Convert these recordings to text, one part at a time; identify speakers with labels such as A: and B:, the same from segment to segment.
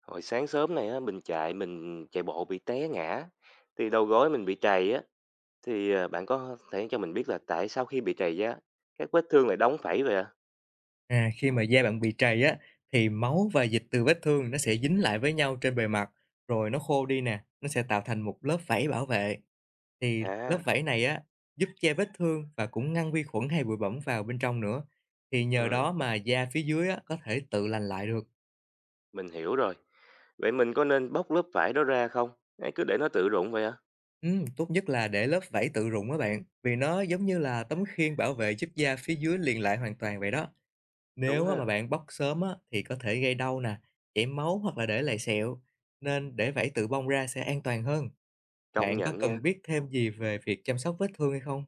A: Hồi sáng sớm này á, mình chạy bộ bị té ngã, thì đầu gối mình bị trầy á, thì, à, bạn có thể cho mình biết là tại sao khi bị trầy á, các vết thương lại đóng phẩy vậy ạ?
B: À, khi mà da bạn bị trầy á thì máu và dịch từ vết thương nó sẽ dính lại với nhau trên bề mặt rồi nó khô đi nè, nó sẽ tạo thành một lớp vảy bảo vệ. Thì lớp
A: À,
B: vảy này á giúp che vết thương và cũng ngăn vi khuẩn hay bụi bẩn vào bên trong nữa. Thì nhờ
A: ừm,
B: đó mà da phía dưới á có thể tự lành lại được.
A: mình hiểu rồi. Vậy mình có nên bóc lớp vải đó ra không? Hay cứ để nó tự rụng vậy ạ?
B: Tốt nhất là để lớp vảy tự rụng á bạn, vì nó giống như là tấm khiên bảo vệ giúp da phía dưới liền lại hoàn toàn vậy đó.
A: Đúng
B: Nếu á
A: ha,
B: mà bạn bóc sớm á, thì có thể gây đau nè, chảy máu hoặc là để lại sẹo, nên để vảy tự bong ra sẽ an toàn hơn.
A: công
B: Bạn có
A: nhận nha.
B: cần biết thêm gì về việc chăm sóc vết thương hay không?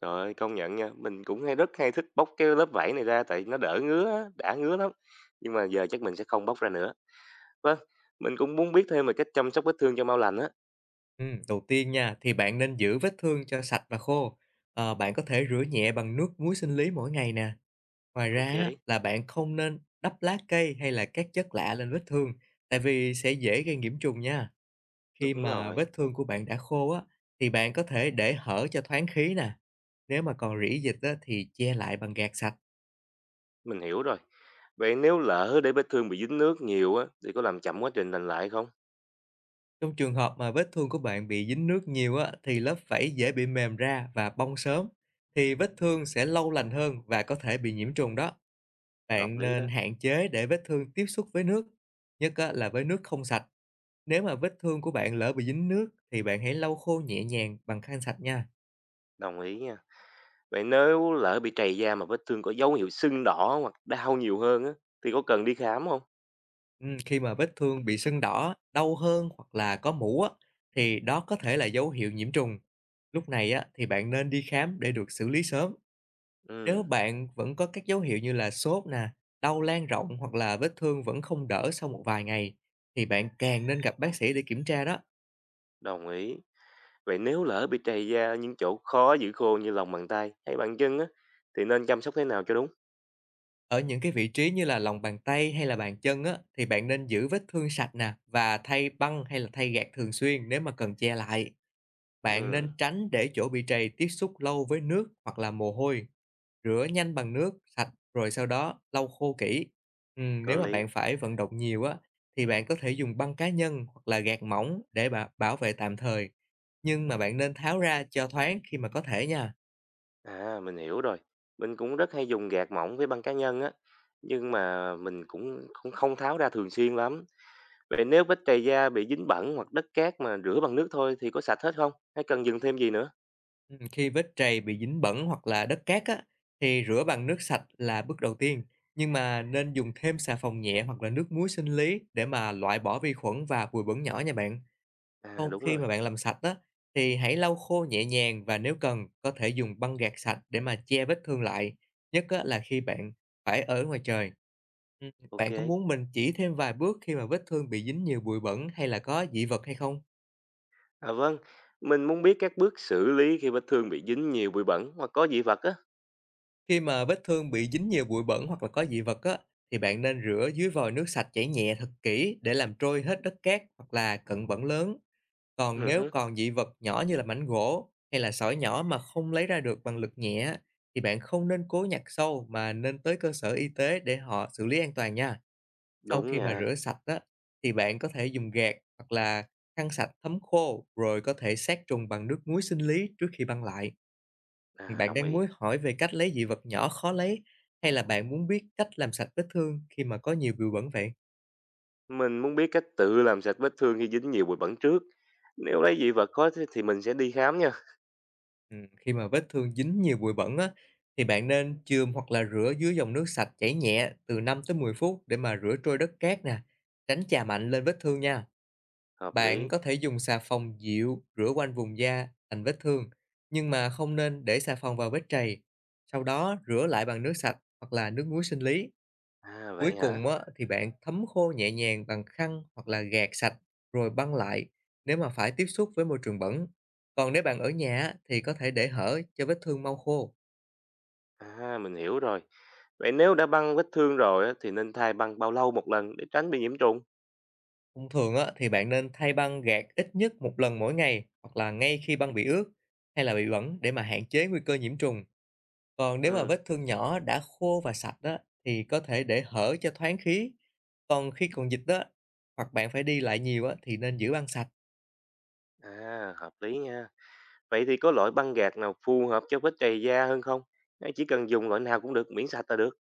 A: Trời ơi, công nhận nha, mình cũng hay rất hay thích bóc cái lớp vải này ra tại nó đỡ ngứa á, đã ngứa lắm. Nhưng mà giờ chắc mình sẽ không bóc ra nữa. Vâng, mình cũng muốn biết thêm về cách chăm sóc vết thương cho mau lành á.
B: Ừ, đầu tiên nha, thì bạn nên giữ vết thương cho sạch và khô. Ờ, bạn có thể rửa nhẹ bằng nước muối sinh lý mỗi ngày nè. Ngoài ra
A: Ok,
B: á, là bạn không nên đắp lá cây hay là các chất lạ lên vết thương, tại vì sẽ dễ gây nhiễm trùng nha. Khi
A: đúng
B: mà
A: rồi.
B: vết thương của bạn đã khô á, thì bạn có thể để hở cho thoáng khí nè. Nếu mà còn rỉ dịch á, thì che lại bằng gạt sạch.
A: Mình hiểu rồi. Vậy nếu lỡ để vết thương bị dính nước nhiều á, thì có làm chậm quá trình lành lại không?
B: Trong trường hợp mà vết thương của bạn bị dính nước nhiều á, thì lớp vảy dễ bị mềm ra và bong sớm. Thì vết thương sẽ lâu lành hơn và có thể bị nhiễm trùng đó.
A: Hợp
B: Bạn
A: lý
B: nên
A: đó,
B: hạn chế để vết thương tiếp xúc với nước, nhất á, là với nước không sạch. Nếu mà vết thương của bạn lỡ bị dính nước thì bạn hãy lau khô nhẹ nhàng bằng khăn sạch nha.
A: đồng ý nha. Vậy nếu lỡ bị trầy da mà vết thương có dấu hiệu sưng đỏ hoặc đau nhiều hơn á, thì có cần đi khám không?
B: Khi mà vết thương bị sưng đỏ, đau hơn hoặc là có mủ á, thì đó có thể là dấu hiệu nhiễm trùng. Lúc này á, thì bạn nên đi khám để được xử lý sớm. Nếu
A: Ừ,
B: bạn vẫn có các dấu hiệu như là sốt nè, đau lan rộng hoặc là vết thương vẫn không đỡ sau một vài ngày, thì bạn càng nên gặp bác sĩ để kiểm tra đó.
A: đồng ý. Vậy nếu lỡ bị trầy da ở những chỗ khó giữ khô như lòng bàn tay hay bàn chân á, thì nên chăm sóc thế nào cho đúng?
B: Ở những cái vị trí như là lòng bàn tay hay là bàn chân á, thì bạn nên giữ vết thương sạch nè và thay băng hay là thay gạt thường xuyên nếu mà cần che lại. Bạn
A: Ừ,
B: nên tránh để chỗ bị trầy tiếp xúc lâu với nước hoặc là mồ hôi. Rửa nhanh bằng nước sạch rồi sau đó lau khô kỹ.
A: có
B: Nếu mà
A: lý.
B: bạn phải vận động nhiều á, thì bạn có thể dùng băng cá nhân hoặc là gạt mỏng để bả bảo vệ tạm thời. Nhưng mà bạn nên tháo ra cho thoáng khi mà có thể nha.
A: À, mình hiểu rồi. Mình cũng rất hay dùng gạt mỏng với băng cá nhân á, nhưng mà mình cũng cũng không tháo ra thường xuyên lắm. Vậy nếu bếp trầy da bị dính bẩn hoặc đất cát mà rửa bằng nước thôi thì có sạch hết không? Hay cần dùng thêm gì nữa?
B: Khi vết trầy bị dính bẩn hoặc là đất cát á, thì rửa bằng nước sạch là bước đầu tiên. Nhưng mà nên dùng thêm xà phòng nhẹ hoặc là nước muối sinh lý để mà loại bỏ vi khuẩn và bụi bẩn nhỏ nha bạn.
A: À
B: Sau
A: đúng
B: khi
A: rồi,
B: mà bạn làm sạch á, thì hãy lau khô nhẹ nhàng và nếu cần có thể dùng băng gạc sạch để mà che vết thương lại, nhất á, là khi bạn phải ở ngoài trời. Ừm, bạn có
A: ok.
B: muốn mình chỉ thêm vài bước khi mà vết thương bị dính nhiều bụi bẩn hay là có dị vật hay không?
A: À vâng, mình muốn biết các bước xử lý khi vết thương bị dính nhiều bụi bẩn hoặc có dị vật á.
B: Khi mà vết thương bị dính nhiều bụi bẩn hoặc là có dị vật á, thì bạn nên rửa dưới vòi nước sạch chảy nhẹ thật kỹ để làm trôi hết đất cát hoặc là cặn bẩn lớn. Còn
A: Ừ,
B: nếu
A: hứ,
B: còn dị vật nhỏ như là mảnh gỗ hay là sỏi nhỏ mà không lấy ra được bằng lực nhẹ á, thì bạn không nên cố nhặt sâu mà nên tới cơ sở y tế để họ xử lý an toàn nha. Sau
A: đúng
B: khi mà
A: nha,
B: rửa sạch á, thì bạn có thể dùng gạt hoặc là khăn sạch thấm khô rồi có thể sát trùng bằng nước muối sinh lý trước khi băng lại.
A: à
B: Bạn
A: đồng
B: đang
A: ý.
B: muốn hỏi về cách lấy dị vật nhỏ khó lấy hay là bạn muốn biết cách làm sạch vết thương khi mà có nhiều bụi bẩn vậy?
A: Mình muốn biết cách tự làm sạch vết thương khi dính nhiều bụi bẩn trước. Nếu lấy dị vật có thì mình sẽ đi khám nha.
B: Khi mà vết thương dính nhiều bụi bẩn á, thì bạn nên chườm hoặc là rửa dưới dòng nước sạch chảy nhẹ từ 5 tới 10 phút để mà rửa trôi đất cát nè, tránh chà mạnh lên vết thương nha.
A: Hợp
B: Bạn
A: lý.
B: có thể dùng xà phòng dịu rửa quanh vùng da thành vết thương, nhưng mà không nên để xà phòng vào vết trầy. Sau đó rửa lại bằng nước sạch hoặc là nước muối sinh lý.
A: À
B: Cuối
A: vậy
B: cùng
A: hả?
B: á, thì bạn thấm khô nhẹ nhàng bằng khăn hoặc là gạt sạch rồi băng lại nếu mà phải tiếp xúc với môi trường bẩn. Còn nếu bạn ở nhà á, thì có thể để hở cho vết thương mau khô.
A: À mình hiểu rồi. Vậy nếu đã băng vết thương rồi á, thì nên thay băng bao lâu một lần để tránh bị nhiễm trùng?
B: Thông thường á, thì bạn nên thay băng gạt ít nhất một lần mỗi ngày hoặc là ngay khi băng bị ướt hay là bị bẩn để mà hạn chế nguy cơ nhiễm trùng. Còn nếu mà
A: Ừ,
B: vết thương nhỏ đã khô và sạch đó thì có thể để hở cho thoáng khí. Còn khi còn dịch đó hoặc bạn phải đi lại nhiều á, thì nên giữ băng sạch.
A: à hợp lý nha. Vậy thì có loại băng gạc nào phù hợp cho vết chày da hơn không? Hay chỉ cần dùng loại nào cũng được, miễn sạch là được?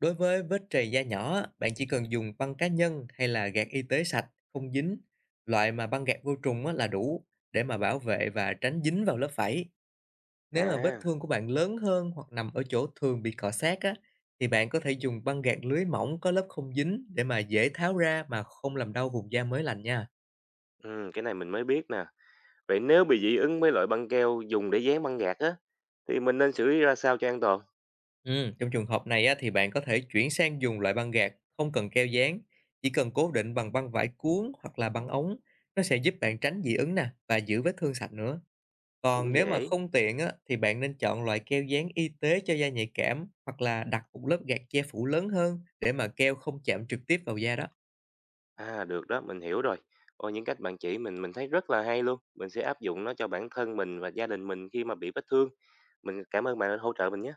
B: Đối với vết trầy da nhỏ, bạn chỉ cần dùng băng cá nhân hay là gạt y tế sạch, không dính. Loại mà băng gạt vô trùng á là đủ để mà bảo vệ và tránh dính vào lớp vảy. Nếu mà vết
A: À,
B: thương của bạn lớn hơn hoặc nằm ở chỗ thường bị cọ sát á, thì bạn có thể dùng băng gạt lưới mỏng có lớp không dính để mà dễ tháo ra mà không làm đau vùng da mới lành nha.
A: ừ, cái này mình mới biết nè. Vậy nếu bị dị ứng với loại băng keo dùng để dán băng gạc á, thì mình nên xử lý ra sao cho an toàn?
B: Ừ, trong trường hợp này á, thì bạn có thể chuyển sang dùng loại băng gạc không cần keo dán, chỉ cần cố định bằng băng vải cuốn hoặc là băng ống, nó sẽ giúp bạn tránh dị ứng nè và giữ vết thương sạch nữa. Còn
A: Cũng
B: nếu mà
A: dễ.
B: không tiện á, thì bạn nên chọn loại keo dán y tế cho da nhạy cảm hoặc là đặt một lớp gạt che phủ lớn hơn để mà keo không chạm trực tiếp vào da đó.
A: À, được đó, mình hiểu rồi. Ôi, những cách bạn chỉ mình thấy rất là hay luôn. Mình sẽ áp dụng nó cho bản thân mình và gia đình mình khi mà bị vết thương. Mình cảm ơn bạn đã hỗ trợ mình nhé.